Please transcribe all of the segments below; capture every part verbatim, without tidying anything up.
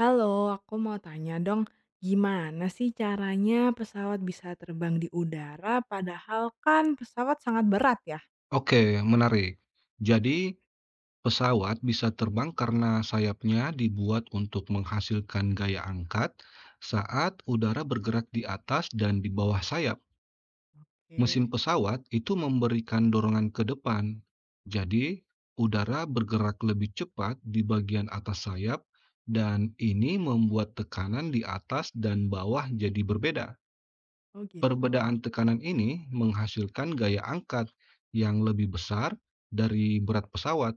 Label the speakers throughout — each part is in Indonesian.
Speaker 1: Halo, aku mau tanya dong, gimana sih caranya pesawat bisa terbang di udara padahal kan pesawat sangat berat ya?
Speaker 2: Oke, menarik. Jadi, pesawat bisa terbang karena sayapnya dibuat untuk menghasilkan gaya angkat saat udara bergerak di atas dan di bawah sayap. Mesin
Speaker 1: Oke.
Speaker 2: pesawat itu memberikan dorongan ke depan. Jadi, udara bergerak lebih cepat di bagian atas sayap, dan ini membuat tekanan di atas dan bawah jadi berbeda.
Speaker 1: Oh gitu.
Speaker 2: Perbedaan tekanan ini menghasilkan gaya angkat yang lebih besar dari berat pesawat,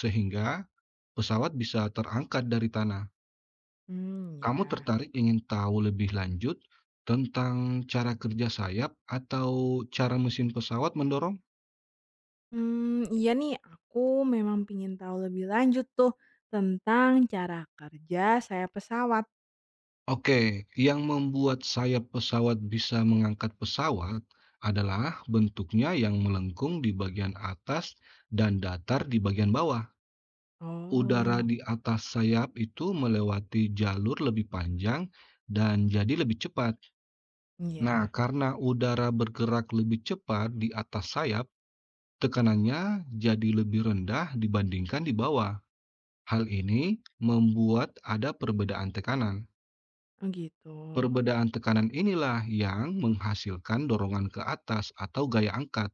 Speaker 2: sehingga pesawat bisa terangkat dari tanah.
Speaker 1: Hmm,
Speaker 2: Kamu
Speaker 1: ya.
Speaker 2: tertarik ingin tahu lebih lanjut tentang cara kerja sayap atau cara mesin pesawat mendorong?
Speaker 1: Hmm, iya nih, aku memang pingin tahu lebih lanjut tuh tentang cara kerja saya pesawat.
Speaker 2: Oke, yang membuat sayap pesawat bisa mengangkat pesawat adalah bentuknya yang melengkung di bagian atas dan datar di bagian bawah. Udara
Speaker 1: Oh,
Speaker 2: di atas sayap itu melewati jalur lebih panjang dan jadi lebih cepat. Nah,
Speaker 1: iya.
Speaker 2: karena udara bergerak lebih cepat di atas sayap, tekanannya jadi lebih rendah dibandingkan di bawah. Hal ini membuat ada perbedaan tekanan.
Speaker 1: Oh gitu.
Speaker 2: Perbedaan tekanan inilah yang menghasilkan dorongan ke atas atau gaya angkat.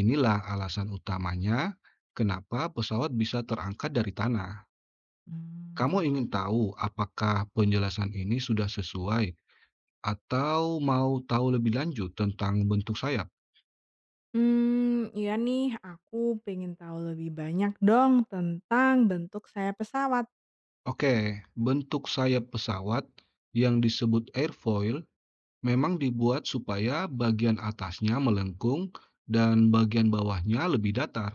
Speaker 2: Inilah alasan utamanya kenapa pesawat bisa terangkat dari tanah.
Speaker 1: Hmm,
Speaker 2: Kamu
Speaker 1: ya ya.
Speaker 2: ingin tahu apakah penjelasan ini sudah sesuai atau mau tahu lebih lanjut tentang bentuk sayap?
Speaker 1: Hmm, iya nih, aku pengen tahu lebih banyak dong tentang bentuk saya pesawat,
Speaker 2: Oke, bentuk sayap pesawat yang disebut airfoil memang dibuat supaya bagian atasnya melengkung dan bagian bawahnya lebih datar.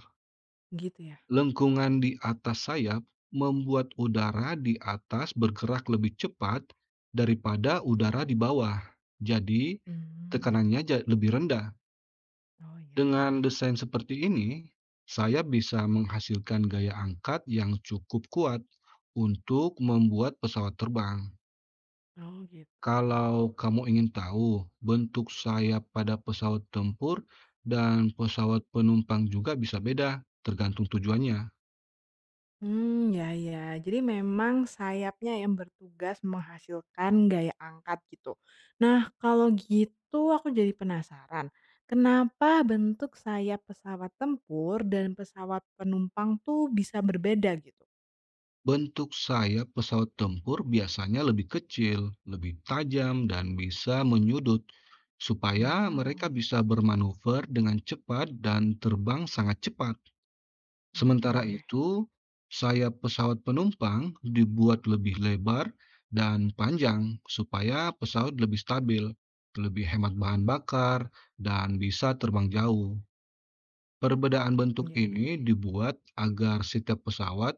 Speaker 1: gitu ya.
Speaker 2: Lengkungan di atas sayap membuat udara di atas bergerak lebih cepat daripada udara di bawah. Jadi,
Speaker 1: Mmm,
Speaker 2: tekanannya ja- lebih rendah.
Speaker 1: oh, iya ya.
Speaker 2: Dengan desain seperti ini, saya bisa menghasilkan gaya angkat yang cukup kuat untuk membuat pesawat terbang.
Speaker 1: Oh, gitu.
Speaker 2: Kalau kamu ingin tahu bentuk sayap pada pesawat tempur dan pesawat penumpang juga bisa beda, tergantung tujuannya.
Speaker 1: Hmm ya ya. Jadi memang sayapnya yang bertugas menghasilkan gaya angkat gitu. Nah, kalau gitu aku jadi penasaran, kenapa bentuk sayap pesawat tempur dan pesawat penumpang tuh bisa berbeda gitu?
Speaker 2: Bentuk sayap pesawat tempur biasanya lebih kecil, lebih tajam, dan bisa menyudut, supaya mereka
Speaker 1: Oh,
Speaker 2: bisa bermanuver dengan cepat dan terbang sangat cepat. Sementara
Speaker 1: oke.
Speaker 2: itu, sayap pesawat penumpang dibuat lebih lebar dan panjang supaya pesawat lebih stabil, lebih hemat bahan bakar, dan bisa terbang jauh. Perbedaan bentuk
Speaker 1: Iya iya.
Speaker 2: ini dibuat agar setiap pesawat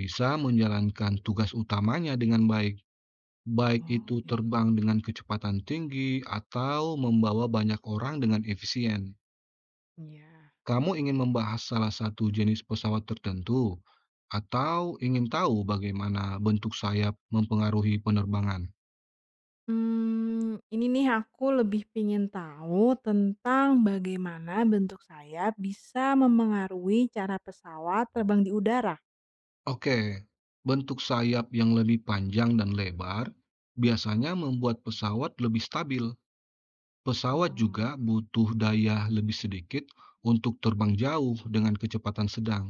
Speaker 2: bisa menjalankan tugas utamanya dengan baik, baik
Speaker 1: Oh,
Speaker 2: itu
Speaker 1: gitu.
Speaker 2: terbang dengan kecepatan tinggi atau membawa banyak orang dengan efisien.
Speaker 1: Iya.
Speaker 2: Kamu ingin membahas salah satu jenis pesawat tertentu? Atau ingin tahu bagaimana bentuk sayap mempengaruhi penerbangan?
Speaker 1: Mmm, ini nih aku lebih pingin tahu tentang bagaimana bentuk sayap bisa memengaruhi cara pesawat terbang di udara.
Speaker 2: Oke, bentuk sayap yang lebih panjang dan lebar biasanya membuat pesawat lebih stabil. Pesawat juga
Speaker 1: Oh,
Speaker 2: butuh daya lebih sedikit untuk terbang jauh dengan kecepatan sedang.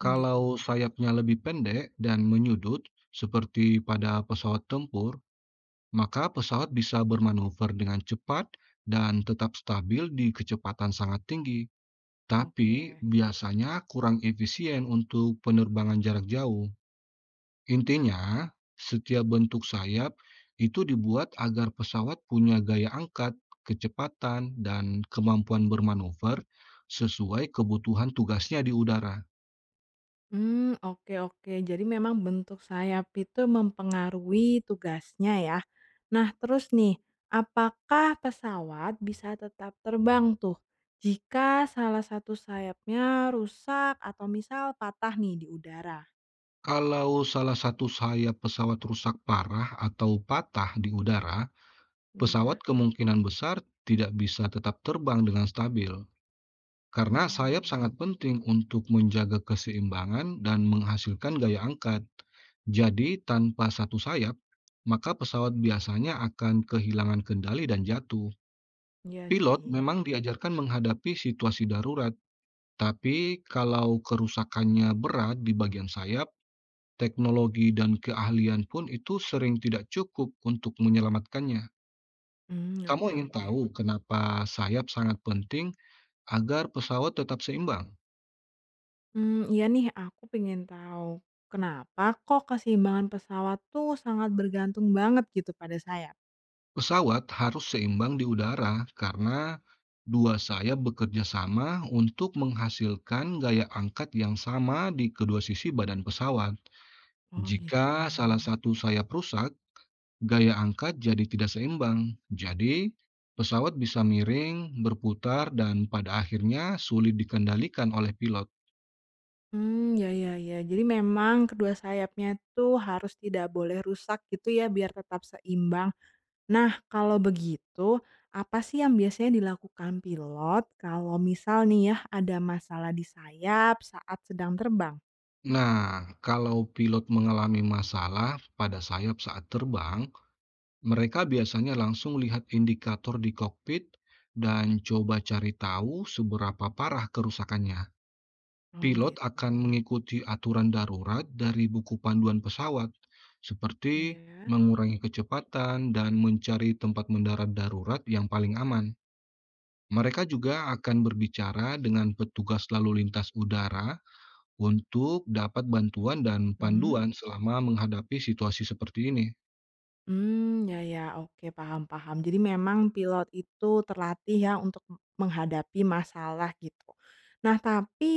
Speaker 1: mmm, gitu.
Speaker 2: Kalau sayapnya lebih pendek dan menyudut, seperti pada pesawat tempur, maka pesawat bisa bermanuver dengan cepat dan tetap stabil di kecepatan sangat tinggi. Tapi
Speaker 1: Oke.
Speaker 2: biasanya kurang efisien untuk penerbangan jarak jauh. Intinya, setiap bentuk sayap itu dibuat agar pesawat punya gaya angkat, kecepatan, dan kemampuan bermanuver sesuai kebutuhan tugasnya di udara.
Speaker 1: Hmm, oke oke. Jadi memang bentuk sayap itu mempengaruhi tugasnya ya. Nah terus nih, apakah pesawat bisa tetap terbang tuh jika salah satu sayapnya rusak atau misal patah nih di udara?
Speaker 2: Kalau salah satu sayap pesawat rusak parah atau patah di udara, pesawat
Speaker 1: Ya.
Speaker 2: kemungkinan besar tidak bisa tetap terbang dengan stabil. Karena sayap
Speaker 1: Oh.
Speaker 2: sangat penting untuk menjaga keseimbangan dan menghasilkan gaya angkat. Jadi, tanpa satu sayap, maka pesawat biasanya akan kehilangan kendali dan jatuh.
Speaker 1: Iya
Speaker 2: Pilot
Speaker 1: sih.
Speaker 2: memang diajarkan menghadapi situasi darurat, tapi kalau kerusakannya berat di bagian sayap, teknologi dan keahlian pun itu sering tidak cukup untuk menyelamatkannya.
Speaker 1: Mmm,
Speaker 2: Kamu
Speaker 1: oke
Speaker 2: ingin
Speaker 1: oke.
Speaker 2: tahu kenapa sayap sangat penting agar pesawat tetap seimbang?
Speaker 1: Hmm, iya nih aku pengen tahu kenapa kok keseimbangan pesawat tuh sangat bergantung banget gitu pada sayap?
Speaker 2: Pesawat harus seimbang di udara karena dua sayap bekerja sama untuk menghasilkan gaya angkat yang sama di kedua sisi badan pesawat.
Speaker 1: Oh
Speaker 2: Jika
Speaker 1: gitu.
Speaker 2: salah satu sayap rusak, gaya angkat jadi tidak seimbang. Jadi, pesawat bisa miring, berputar, dan pada akhirnya sulit dikendalikan oleh pilot.
Speaker 1: Hmm, ya ya ya. Jadi memang kedua sayapnya tuh harus tidak boleh rusak gitu ya biar tetap seimbang. Nah kalau begitu, apa sih yang biasanya dilakukan pilot kalau misal nih ya ada masalah di sayap saat sedang terbang?
Speaker 2: Nah, kalau pilot mengalami masalah pada sayap saat terbang, mereka biasanya langsung lihat indikator di kokpit dan coba cari tahu seberapa parah kerusakannya.
Speaker 1: Oh
Speaker 2: Pilot
Speaker 1: gitu.
Speaker 2: akan mengikuti aturan darurat dari buku panduan pesawat, seperti
Speaker 1: Ya.
Speaker 2: mengurangi kecepatan dan mencari tempat mendarat darurat yang paling aman. Mereka juga akan berbicara dengan petugas lalu lintas udara untuk dapat bantuan dan
Speaker 1: Mhm.
Speaker 2: panduan selama menghadapi situasi seperti ini.
Speaker 1: Hmm, ya ya, oke, paham paham. Jadi memang pilot itu terlatih ya untuk m- menghadapi masalah gitu. Nah, tapi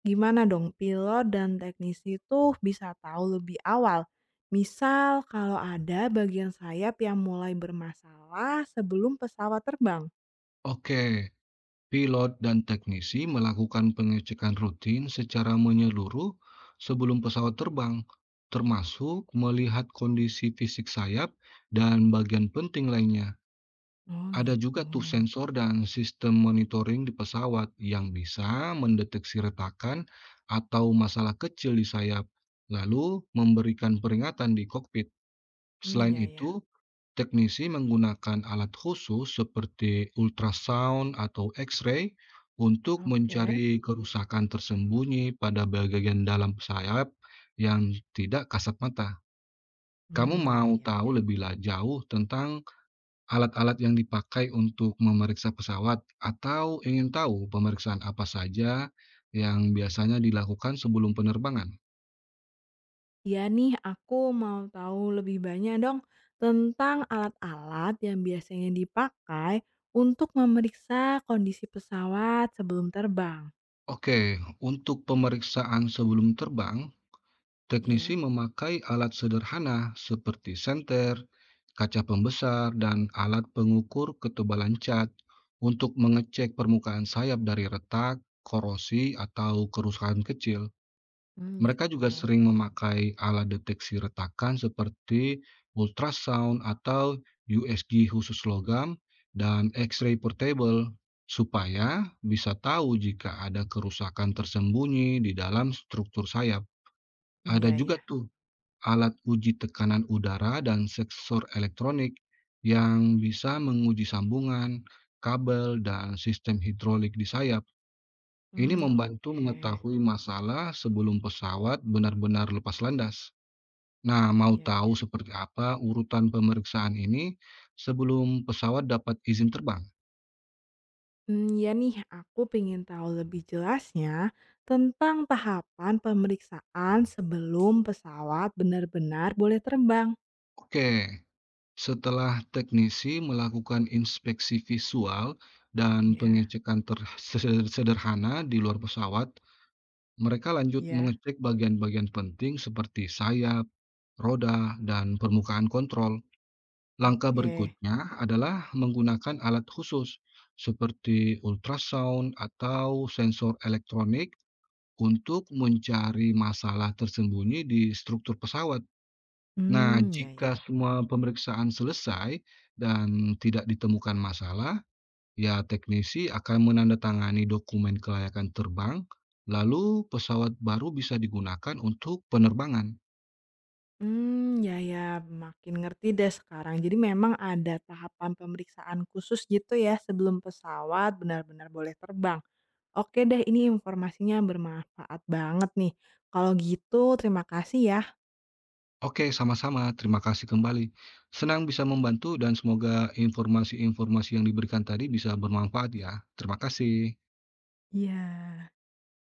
Speaker 1: gimana dong pilot dan teknisi itu bisa tahu lebih awal? Misal kalau ada bagian sayap yang mulai bermasalah sebelum pesawat terbang?
Speaker 2: Oke, pilot dan teknisi melakukan pengecekan rutin secara menyeluruh sebelum pesawat terbang, termasuk melihat kondisi fisik sayap dan bagian penting lainnya.
Speaker 1: Oh
Speaker 2: Ada
Speaker 1: gitu.
Speaker 2: juga tuh sensor dan sistem monitoring di pesawat yang bisa mendeteksi retakan atau masalah kecil di sayap, lalu memberikan peringatan di kokpit.
Speaker 1: Hmm,
Speaker 2: Selain
Speaker 1: ya ya,
Speaker 2: itu, teknisi menggunakan alat khusus seperti ultrasound atau X-ray untuk
Speaker 1: oke.
Speaker 2: mencari kerusakan tersembunyi pada bagian dalam sayap yang tidak kasat mata. Kamu
Speaker 1: Hmm, ya
Speaker 2: mau
Speaker 1: ya ya.
Speaker 2: tahu lebih la- jauh tentang alat-alat yang dipakai untuk memeriksa pesawat, atau ingin tahu pemeriksaan apa saja yang biasanya dilakukan sebelum penerbangan?
Speaker 1: Iya nih, aku mau tahu lebih banyak dong tentang alat-alat yang biasanya dipakai untuk memeriksa kondisi pesawat sebelum terbang.
Speaker 2: Oke, untuk pemeriksaan sebelum terbang. Teknisi
Speaker 1: Ya,
Speaker 2: memakai alat sederhana seperti senter, kaca pembesar, dan alat pengukur ketebalan cat untuk mengecek permukaan sayap dari retak, korosi, atau kerusakan kecil.
Speaker 1: hmm,
Speaker 2: Mereka juga
Speaker 1: gitu.
Speaker 2: sering memakai alat deteksi retakan seperti ultrasound atau U S G khusus logam dan X-ray portable supaya bisa tahu jika ada kerusakan tersembunyi di dalam struktur sayap.
Speaker 1: Hmm,
Speaker 2: Ada
Speaker 1: ya,
Speaker 2: juga
Speaker 1: ya.
Speaker 2: tuh alat uji tekanan udara dan sensor elektronik yang bisa menguji sambungan, kabel, dan sistem hidrolik di sayap. Ini
Speaker 1: Hmm,
Speaker 2: membantu
Speaker 1: oke.
Speaker 2: mengetahui masalah sebelum pesawat benar-benar lepas landas. Nah, mau
Speaker 1: Ya,
Speaker 2: tahu
Speaker 1: ya.
Speaker 2: seperti apa urutan pemeriksaan ini sebelum pesawat dapat izin terbang?
Speaker 1: Hmm, ya nih, aku pengen tahu lebih jelasnya tentang tahapan pemeriksaan sebelum pesawat benar-benar boleh terbang.
Speaker 2: Oke, setelah teknisi melakukan inspeksi visual dan
Speaker 1: Ya,
Speaker 2: pengecekan ter- sederhana di luar pesawat, mereka lanjut
Speaker 1: ya.
Speaker 2: mengecek bagian-bagian penting seperti sayap, roda, dan permukaan kontrol. Langkah
Speaker 1: Oke.
Speaker 2: berikutnya adalah menggunakan alat khusus seperti ultrasound atau sensor elektronik untuk mencari masalah tersembunyi di struktur pesawat. Nah,
Speaker 1: Hmm, ya,
Speaker 2: jika
Speaker 1: ya.
Speaker 2: semua pemeriksaan selesai dan tidak ditemukan masalah, ya, teknisi akan menandatangani dokumen kelayakan terbang, lalu pesawat baru bisa digunakan untuk penerbangan.
Speaker 1: Hmm, ya ya, makin ngerti deh sekarang. Jadi memang ada tahapan pemeriksaan khusus gitu ya sebelum pesawat benar-benar boleh terbang. Oke deh, ini informasinya bermanfaat banget nih. Kalau gitu terima kasih ya.
Speaker 2: Oke, sama-sama. Terima kasih kembali. Senang bisa membantu dan semoga informasi-informasi yang diberikan tadi bisa bermanfaat ya. Terima kasih.
Speaker 1: Iya.